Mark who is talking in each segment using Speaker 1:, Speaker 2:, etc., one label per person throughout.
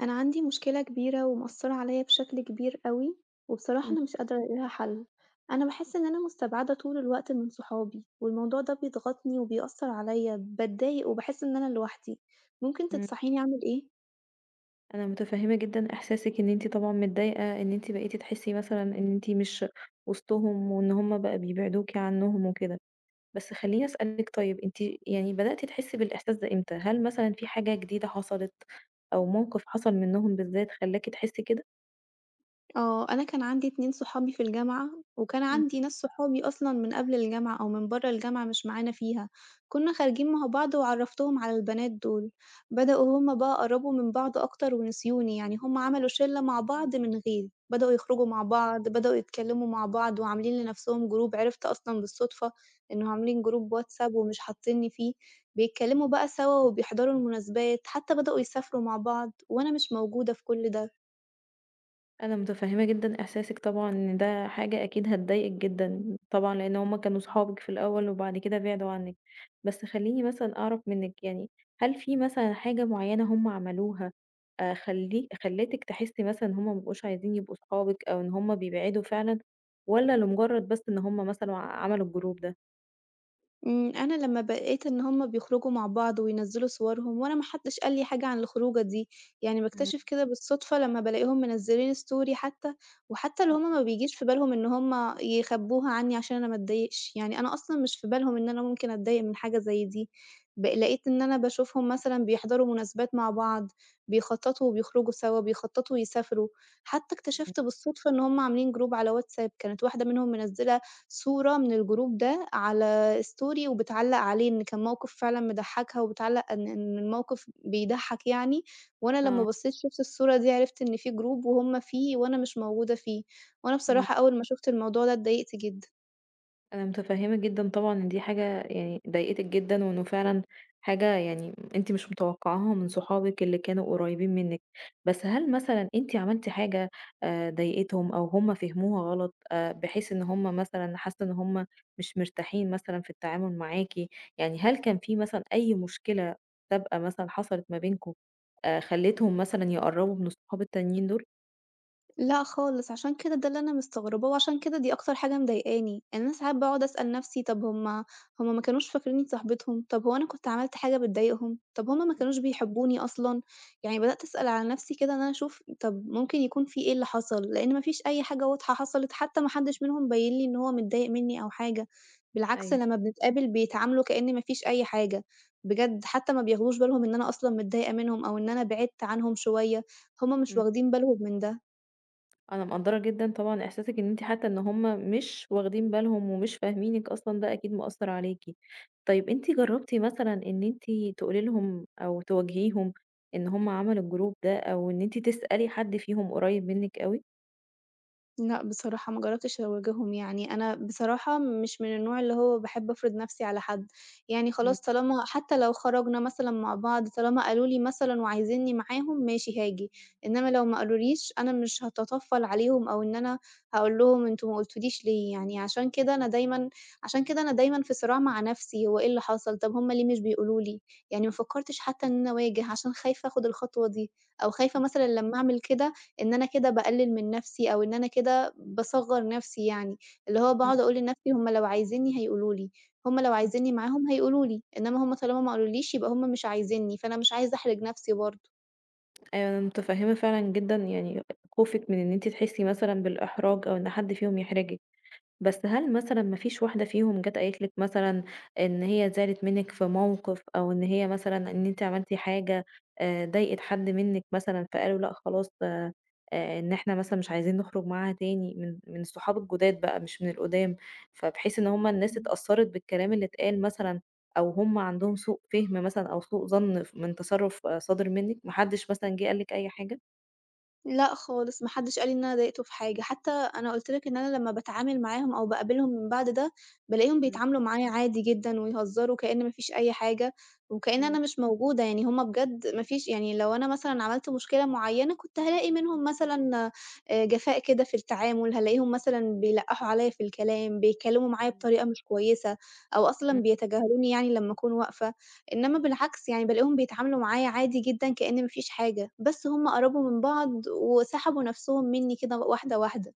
Speaker 1: أنا عندي مشكلة كبيرة ومأثرة عليا بشكل كبير أوي، وبصراحة أنا
Speaker 2: إمم،
Speaker 1: مش قادرة ألاقي لها حل، أنا باحس إن أنا مستبعدة طول الوقت من صحابي، والموضوع ده بيضغطني وبيأثر عليا، باتضايق وباحس إن أنا لوحدي، ممكن
Speaker 2: إمم،
Speaker 1: تنصحيني أعمل إيه؟
Speaker 2: أنا متفهمة جدًا إحساسِك إن أنتِ طبعًا متضايقة إن أنتِ بقيتِ تحسي مثلًا إن أنتِ مش وسطهم، وإن هُم بقى بيبعدوكِ عنهم وكده، بس خلّيني أسألِك طيب أنتِ يعني بدأتِ تحسي بالإحساس ده إمتى؟ هل مثلًا في حاجة جديدة حصلت أو موقف حصل منهم بالذات خلّاكِ تحسي كده؟
Speaker 1: آه، أنا كان عندي 2 صحابي في الجامعة، وكان
Speaker 2: إمم.
Speaker 1: عندي ناس صحابي أصلًا من قبل الجامعة أو من برّه الجامعة مش معانا فيها، كنا خارجين مع بعض وعرّفتهم على البنات دول، بدأوا هُم بقى قرّبوا من بعض أكتر ونسيوني، يعني هُم عملوا شلة مع بعض من غيري، بدأوا يخرجوا مع بعض، بدأوا يتكلموا مع بعض وعاملين لنفسهم جروب، عرفت أصلًا بالصدفة إنه عاملين جروب واتساب ومش حاطينّي فيه، بيتكلموا بقى سوا وبيحضروا المناسبات، حتى بدأوا يسافروا مع بعض وأنا مش موجودة في كل ده.
Speaker 2: أنا متفهمة جدًا إحساسِك طبعًا، إن ده حاجة أكيد هتضايقِك جدًا طبعًا، لأن هُم كانوا صحابِك في الأول وبعد كده بعدوا عنِّك، بس خلّيني مثلًا أعرف منِّك يعني هل في مثلًا حاجة معيّنة هُم عملوها خلّي خلّتِك تحسي مثلًا إن هُم ما بقوش عايزين يبقوا صحابِك أو إن هُم بيبعدوا فعلًا، والّا لمجرد بس إن هُم مثلًا عملوا الجروب ده؟
Speaker 1: إمم، أنا لمّا بقيت إن هُم بيخرجوا مع بعض وينزّلوا صورهم وأنا ما حدّش قال لي حاجة عن الخروجة دي، يعني
Speaker 2: إمم.
Speaker 1: باكتشف كده بالصدفة لمّا بالاقيهم منزّلين story حتى، وحتى اللي
Speaker 2: إمم.
Speaker 1: هُم ما بيجيش في بالهم إن هُم يخبّوها عني عشان أنا ما اتضايقش، يعني أنا أصلًا مش في بالهم إن أنا ممكن أتضايق من حاجة زي دي، لقيت إن أنا باشوفهم مثلًا بيحضروا مناسبات مع بعض، بيخطّطوا وبيخرجوا سوا، بيخطّطوا ويسافروا، حتى
Speaker 2: إمم.
Speaker 1: اكتشفت بالصدفة إن هُم عاملين group على WhatsApp كانت واحدة منهم منزّلة صورة من الgroup ده على story وبتعلّق عليه إن كان موقف فعلًا مضحّكها وبتعلّق إن الموقف بيضحّك يعني، وأنا لمّا
Speaker 2: آه.
Speaker 1: بصّيت شُفت الصورة دي عرفت إن في group وهُم فيه وأنا مش موجودة فيه، وأنا
Speaker 2: إمم.
Speaker 1: بصراحة أول ما شُفت الموضوع ده اتضايقت جدًا.
Speaker 2: أنا متفهمة جدًا طبعًا إن دي حاجة يعني ضايقتِك جدًا، وإنه فعلًا حاجة يعني أنتِ مش متوقعاها من صحابِك اللي كانوا قريبين منِك، بس هل مثلًا أنتِ عملتِ حاجة ضايقتهم أو هم فهموها غلط، بحيث إن هم مثلًا حسوا إن هم مش مرتاحين مثلًا في التعامل معاكِ، يعني هل كان في مثلًا أي مشكلة سابقة مثلًا حصلت ما بينكم خلّتهم مثلًا يقرّبوا من الصحاب التانيين دول؟
Speaker 1: لأ خالص، عشان كده ده اللي أنا مستغرباه، وعشان كده دي أكتر حاجة مضايقاني، يعني أنا ساعات باقعد أسأل نفسي طب هُم ما كانوش فاكرينّي صاحبتهم، طب هو أنا كنت عملت حاجة بتضايقهم، طب هُم ما كانوش بيحبوني أصلًا، يعني بدأت أسأل على نفسي كده إن أنا أشوف طب ممكن يكون في إيه اللي حصل، لإن ما فيش أي حاجة واضحة حصلت، حتى ما حدش منهم بيّن لي إن هو متضايق منّي أو حاجة، بالعكس
Speaker 2: أيوه.
Speaker 1: لمّا بنتقابل بيتعاملوا كإن ما فيش أي حاجة، بجد حتى ما بياخدوش بالهم إن أنا أصلًا متضايقة منهم أو إن أنا بعدت عنهم شوية، هُم مش
Speaker 2: إمم.
Speaker 1: واخدين بالهم من ده.
Speaker 2: أنا مقدّرة جدًا طبعًا إحساسِك إن أنتِ حتى إن هُم مش واخدين بالهم ومش فاهمينِك أصلًا ده أكيد مأثّر عليكِ. طيب أنتِ جرّبتِ مثلًا إن أنتِ تقولي لهم أو تواجهيهم إن هُم عملوا الجروب ده أو إن أنتِ تسألي حد فيهم قريّب منِّك أوي؟
Speaker 1: لأ، بصراحة ما جرّبتش أواجههم يعني، أنا بصراحة مش من النوع اللي هو باحب أفرض نَفْسي على حد، يعني
Speaker 2: إمم.
Speaker 1: خلاص طالما حتى لو خرجنا مثلًا مع بعض، طالما قالوا لي مثلًا وعايزينّي معاهم ماشي هاجي، إنّما لو ما قالوليش أنا مش هاتطفّل عليهم أو إن أنا هاقول لهم أنتم ما قلتوليش ليه، يعني عشان كده أنا دايمًا في صراع مع نَفْسي هو إيه اللي حصل، طب هم ليه مش بيقولوا لي، يعني ما فكّرتش حتى إن أنا أواجه عشان خايفة آخُد الخطوة دي أو خايفة
Speaker 2: إمم.
Speaker 1: مثلًا لمّا أعمل كده إن أنا كده باقلل من نفسي أو إن أنا كده باصغّر نفسي يعني، اللي هو باقعد
Speaker 2: إمم.
Speaker 1: أقول لنفسي هُم لو عايزينّي هيقولوا لي، هُم لو
Speaker 2: إمم.
Speaker 1: عايزينّي معاهم هيقولوا لي، إنما هُم طالما ما قالوليش يبقى هُم مش عايزينّي، فأنا مش عايزة أحرج نفسي برضه.
Speaker 2: أيوه، أنا متفهّمة فعلًا جدًا يعني خوفِك من إن أنتِ تحسّي مثلًا بالإحراج أو إن حد فيهم يحرجِك. بس هل مثلًا ما فيش واحدة فيهم جات قالت لِك مثلًا إن هي زعلِت منِّك في موقف، أو إن هي مثلًا إن أنتِ عملتِ حاجة ضايقت حد منِّك مثلًا، فقالوا لأ خلاص إن إحنا مثلًا مش عايزين نخرج معاها تاني من الصحاب الجداد بقى مش من القدام، فبحيث إن هُم الناس اتأثّرت بالكلام اللي اتقال مثلًا، أو هُم عندهم سوء فهم مثلًا أو سوء ظن من تصرُّف، صادر منِّك، ما حدش مثلًا جه قال لِك أي حاجة؟
Speaker 1: لأ خالص، ما حدّش قال لي إن أنا ضايقته في حاجة، حتى أنا قُلت لك إن أنا لمّا باتعامل معاهم أو باقابلهم من بعد ده، بالاقيهم
Speaker 2: إمم.
Speaker 1: بيتعاملوا معايا عادي جدًا ويهزّروا كإن ما فيش أي حاجة، وكإن أنا
Speaker 2: إمم.
Speaker 1: مش موجودة، يعني هم بجد ما فيش يعني لو أنا مثلًا عملت مشكلة معيّنة كنت هالاقي منهم
Speaker 2: إمم.
Speaker 1: مثلًا جفاء كده في التعامل، هالاقيهم مثلًا بيلقّحوا عليَّ في الكلام، بيتكلّموا معايا
Speaker 2: إمم.
Speaker 1: بطريقة مش كويسة، أو أصلًا
Speaker 2: إمم.
Speaker 1: بيتجاهلوني يعني لمّا أكون واقفة. إنما بالعكس يعني بالاقيهم بيتعاملوا معايا عادي جدًا كإن ما فيش حاجة، بس هُم قربوا من بعض وسحبوا نفسهم منّي كده واحدة واحدة.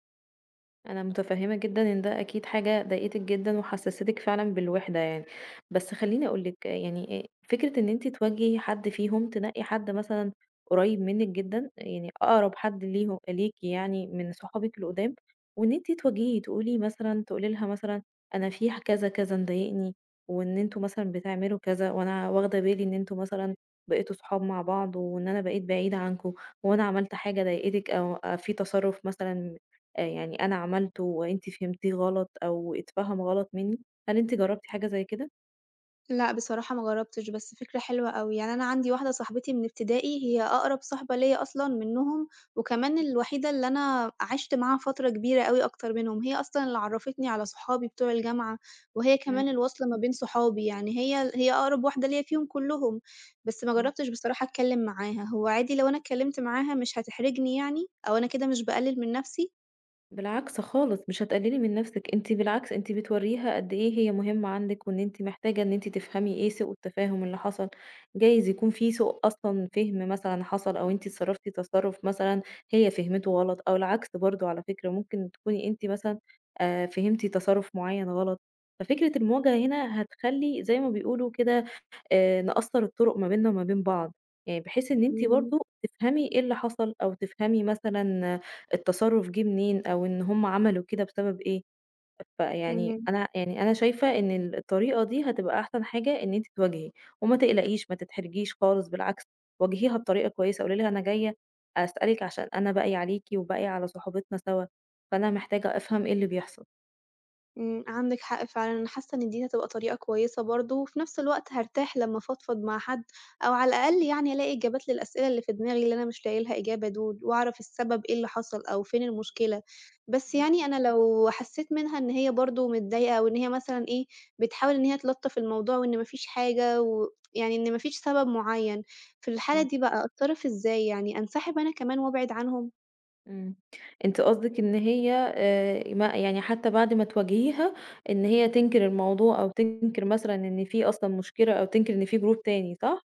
Speaker 2: أنا متفهمة جدًا إن ده أكيد حاجة ضايقتِك جدًا وحسستِك فعلًا بالوحدة يعني، بس خلّيني أقول لِك يعني فكرة إن أنتِ تواجهي حد فيهم، تنقي حد مثلًا قريب منِك جدًا، يعني أقرب حد ليهم ليكِ يعني من صحابِك القدام، وإن أنتِ تواجهي تقولي لها مثلًا أنا في كذا، كذا مضايقني، وإن أنتم مثلًا بتعملوا كذا، وأنا واخدة بالي إن أنتم مثلًا بقيتوا صحاب مع بعض، وإن أنا بقيت بعيدة عنكم، وأنا عملت حاجة ضايقتِك أو في تصرُّف مثلًا يعني أنا عملته وأنتِ فهمتيه غلط أو اتفهم غلط منّي، هل أنتِ جرّبتِ حاجة زي كده؟
Speaker 1: لأ، بصراحة ما جرّبتش، بس فكرة حلوة أوي، يعني أنا عندي واحدة صاحبتي من ابتدائي هي أقرب صاحبة ليّا أصلًا منّهم، وكمان الوحيدة اللي أنا عِشت معاها فترة كبيرة أوي أكتر منهم، هي أصلًا اللي عرّفتني على صحابي بتوع الجامعة، وهي كمان
Speaker 2: إمم.
Speaker 1: الواسطة ما بين صحابي، يعني هي أقرب واحدة ليّا فيهم كلّهم، بس ما
Speaker 2: إمم.
Speaker 1: جرّبتش بصراحة أتكلّم معاها، هو عادي لو أنا اتكلّمت معاها مش هتحرجني يعني، أو أنا كده مش باقلل من نَفْسي؟
Speaker 2: بالعكس خالص، مش هتقللي من نفسِك، أنتِ بالعكس أنتِ بتورّيها قد إيه هي مهمة عندِك، وإن أنتِ محتاجة إن أنتِ تفهمي إيه سوء التفاهم اللي حصل، جايز يكون في سوء أصلًا فهم مثلًا حصل أو أنتِ اتصرفتِ تصرُّف مثلًا هي فهمته غلط، أو العكس برضه على فكرة ممكن تكوني أنتِ مثلًا فهمتِ تصرُّف معيّن غلط، ففكرة المواجهة هنا هتخلّي زي ما بيقولوا كده نقصّر الطرق ما بيننا وما بين بعض، يعني بحيث إن أنتِ
Speaker 1: إمم،
Speaker 2: برضه تفهمي إيه اللي حصل، أو تفهمي مثلًا التصرُّف جِه منين، أو إن هُم عملوا كده بسبب إيه، فيعني
Speaker 1: إمم.
Speaker 2: أنا شايفة إن الطريقة دي هتبقى أحسن حاجة إن أنتِ تواجهي، وما تقلقيش، ما تتحرجيش خالص بالعكس، واجهيها بطريقة كويسة، قولي لها أنا جاية أسألِك عشان أنا باقي عليكِ وباقي على صُحوبيتنا سوا، فأنا محتاجة أفهم إيه اللي بيحصل.
Speaker 1: عندِك حق فعلًا، أنا حاسة إن دي هتبقى طريقة كويسة برضه، وفي نفس الوقت هارتاح لمّا أفضفض مع حد، أو على الأقل يعني ألاقي إجابات للأسئلة اللي في دماغي اللي أنا مش لاقية لها إجابة دول، وأعرف السبب إيه اللي حصل أو فين المشكلة. بس
Speaker 2: بالضبط.
Speaker 1: يعني أنا لو حسيت منها إن هي برضه متضايقة أو إن هي مثلًا إيه، بتحاول إن هي تلطّف الموضوع وإن ما فيش حاجة يعني إن ما فيش سبب معيّن، في الحالة
Speaker 2: إمم.
Speaker 1: دي بقى أتصرف إزاي يعني، أنسحب أنا كمان وأبعد عنهم؟
Speaker 2: إمم. أنتِ قصدِك إن هي ما يعني حتى بعد ما تواجهيها، إن هي تنكر الموضوع أو تنكر مثلًا إن في أصلًا مشكلة أو تنكر إن في group تاني صح؟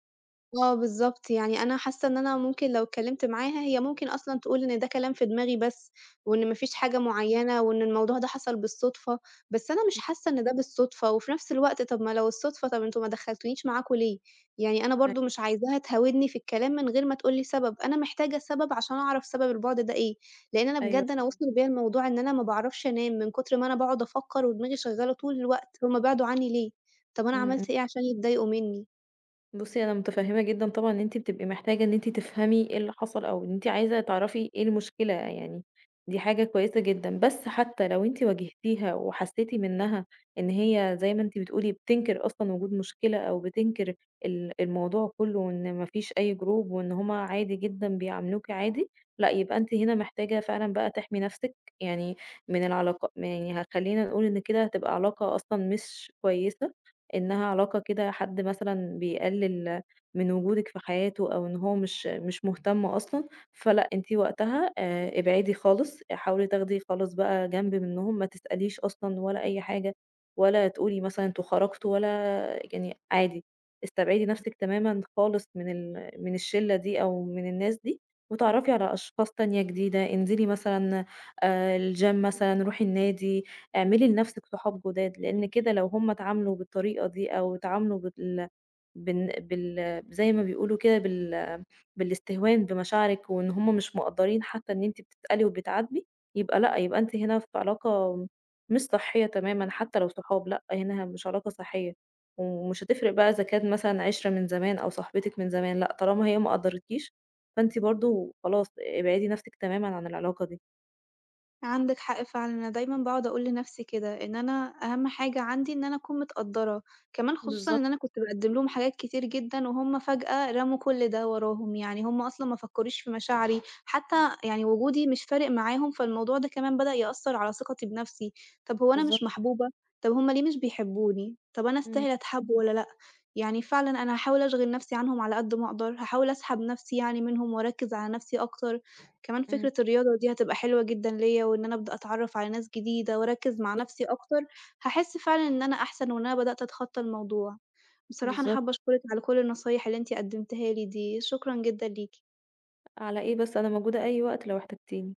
Speaker 1: آه بالضبط، يعني أنا حاسة إن أنا ممكن لو اتكلّمت معاها هي ممكن أصلًا تقول إن ده كلام في دماغي بس، وإن ما فيش حاجة معيّنة، وإن الموضوع ده حصل بالصدفة، بس أنا مش
Speaker 2: إمم.
Speaker 1: حاسة إن ده بالصدفة، وفي نفس الوقت طَب ما لو الصدفة طَب أنتم ما دخّلتونيش معاكم ليه؟ يعني أنا برضه
Speaker 2: أيوه.
Speaker 1: مش عايزاها تهاودني في الكلام من غير ما تقول لي سبب، أنا محتاجة سبب عشان أعرف سبب البُعد ده إيه، لإن أنا
Speaker 2: أيوه
Speaker 1: بجد أنا
Speaker 2: فاهماكِ.
Speaker 1: وصل بيّا الموضوع إن أنا ما باعرفش أنام من كتر ما أنا باقعد أفكّر ودماغي شغّالة طول الوقت، هُم بَعدوا عنّي ليه؟ طَب أنا
Speaker 2: إمم. إمم.
Speaker 1: عملت إيه عشان يتضايقوا منّي؟
Speaker 2: بُصّي، أنا متفهّمة جدًا طبعًا إن أنتِ بتبقي محتاجة إن أنتِ تفهمي إيه اللي حصل، أو إن أنتِ عايزة تعرفي إيه المشكلة يعني، دي حاجة كويسة جدًا، بس حتى لو أنتِ واجهتيها وحسيتِ منها إن هي زي ما أنتِ بتقولي بتنكر أصلًا وجود مشكلة، أو بتنكر الموضوع كلّه، وإن ما فيش أي جروب، وإن هُم عادي جدًا بيعاملوكِ عادي، لأ يبقى أنتِ هنا محتاجة فعلًا بقى تحمي نفسِك يعني من العلاقة يعني خلّينا نقول إن كده هتبقى علاقة أصلًا مش كويسة. إنها علاقة كده حد مثلًا بيقلل من وجودِك في حياته أو إن هو مش مهتم أصلًا، فلأ أنتِ وقتها ابعدي خالص، حاولي تاخدي خالص بقى جنب منّهم، ما تسأليش أصلًا ولا أي حاجة، ولا تقولي مثلًا أنتم خرجتوا ولا يعني عادي، استبعدي نفسِك تمامًا خالص من الشلة دي أو من الناس دي، واتعرفي على أشخاص تانية جديدة، انزلي مثلًا الgym مثلًا، روحي النادي، اعملي لنفسِك صحاب جداد، لأن كده لو هُم اتعاملوا بالطريقة دي أو اتعاملوا بال بإن بال زي ما بيقولوا كده بالاستهوان بمشاعرِك وإن هُم مش مقدّرين حتى إن أنتِ بتسألي وبتعاتبي، يبقى لأ، يبقى أنتِ هنا في علاقة مش صحية تمامًا حتى لو صحاب، لأ هنا مش علاقة صحية، ومش هتفرق بقى إذا كانت مثلًا عِشرة من زمان أو صاحبتِك من زمان، لأ طالما هي ما قدّرتكيش فأنتِ برضه خلاص ابعدي نفسِك تمامًا عن العلاقة دي.
Speaker 1: عندِك حق فعلًا، أنا دايمًا باقعد أقول لنَفْسي كده، إن أنا أهَم حاجة عندي إن أنا أكون متقدّرة، كمان خصوصًا
Speaker 2: بالضبط.
Speaker 1: إن أنا كنت باقدّم لهم حاجات كتير جدًا وهُم فجأة رموا كل ده وراهم، يعني هُم أصلًا ما فكّروش في مشاعري، حتى يعني وجودي مش فارق معاهم، فالموضوع ده كمان بدأ يأثّر على ثقتي بنَفْسي، طَب هو أنا مش
Speaker 2: بالضبط.
Speaker 1: محبوبة؟ طَب هُم ليه مش بيحبّوني؟ طَب أنا
Speaker 2: إمم.
Speaker 1: أستاهل أتحب والّا لأ؟ يعني فعلًا أنا هاحاول أشغِل نَفْسي عنهم على قد ما أقدر، هاحاول أسحب نَفْسي يعني منهم وأركّز على نَفْسي أكتر. كمان
Speaker 2: إمم.
Speaker 1: فكرة الرياضة دي هتبقى حلوة جدًا ليّا، وإن أنا أبدأ أتعرّف على ناس جديدة وأركّز مع
Speaker 2: بالضبط.
Speaker 1: نَفْسي أكتر، هاحس فعلًا إن أنا أحسن وإن أنا بدأت أتخطّى الموضوع. بصراحة أنا
Speaker 2: بالضبط،
Speaker 1: حابة أشكرِك على كل النصايح اللي أنتِ قدّمتيها لي دي، شكرًا جدًا ليكِ.
Speaker 2: على إيه بس أنا موجودة أي وقت لو احتجتيني.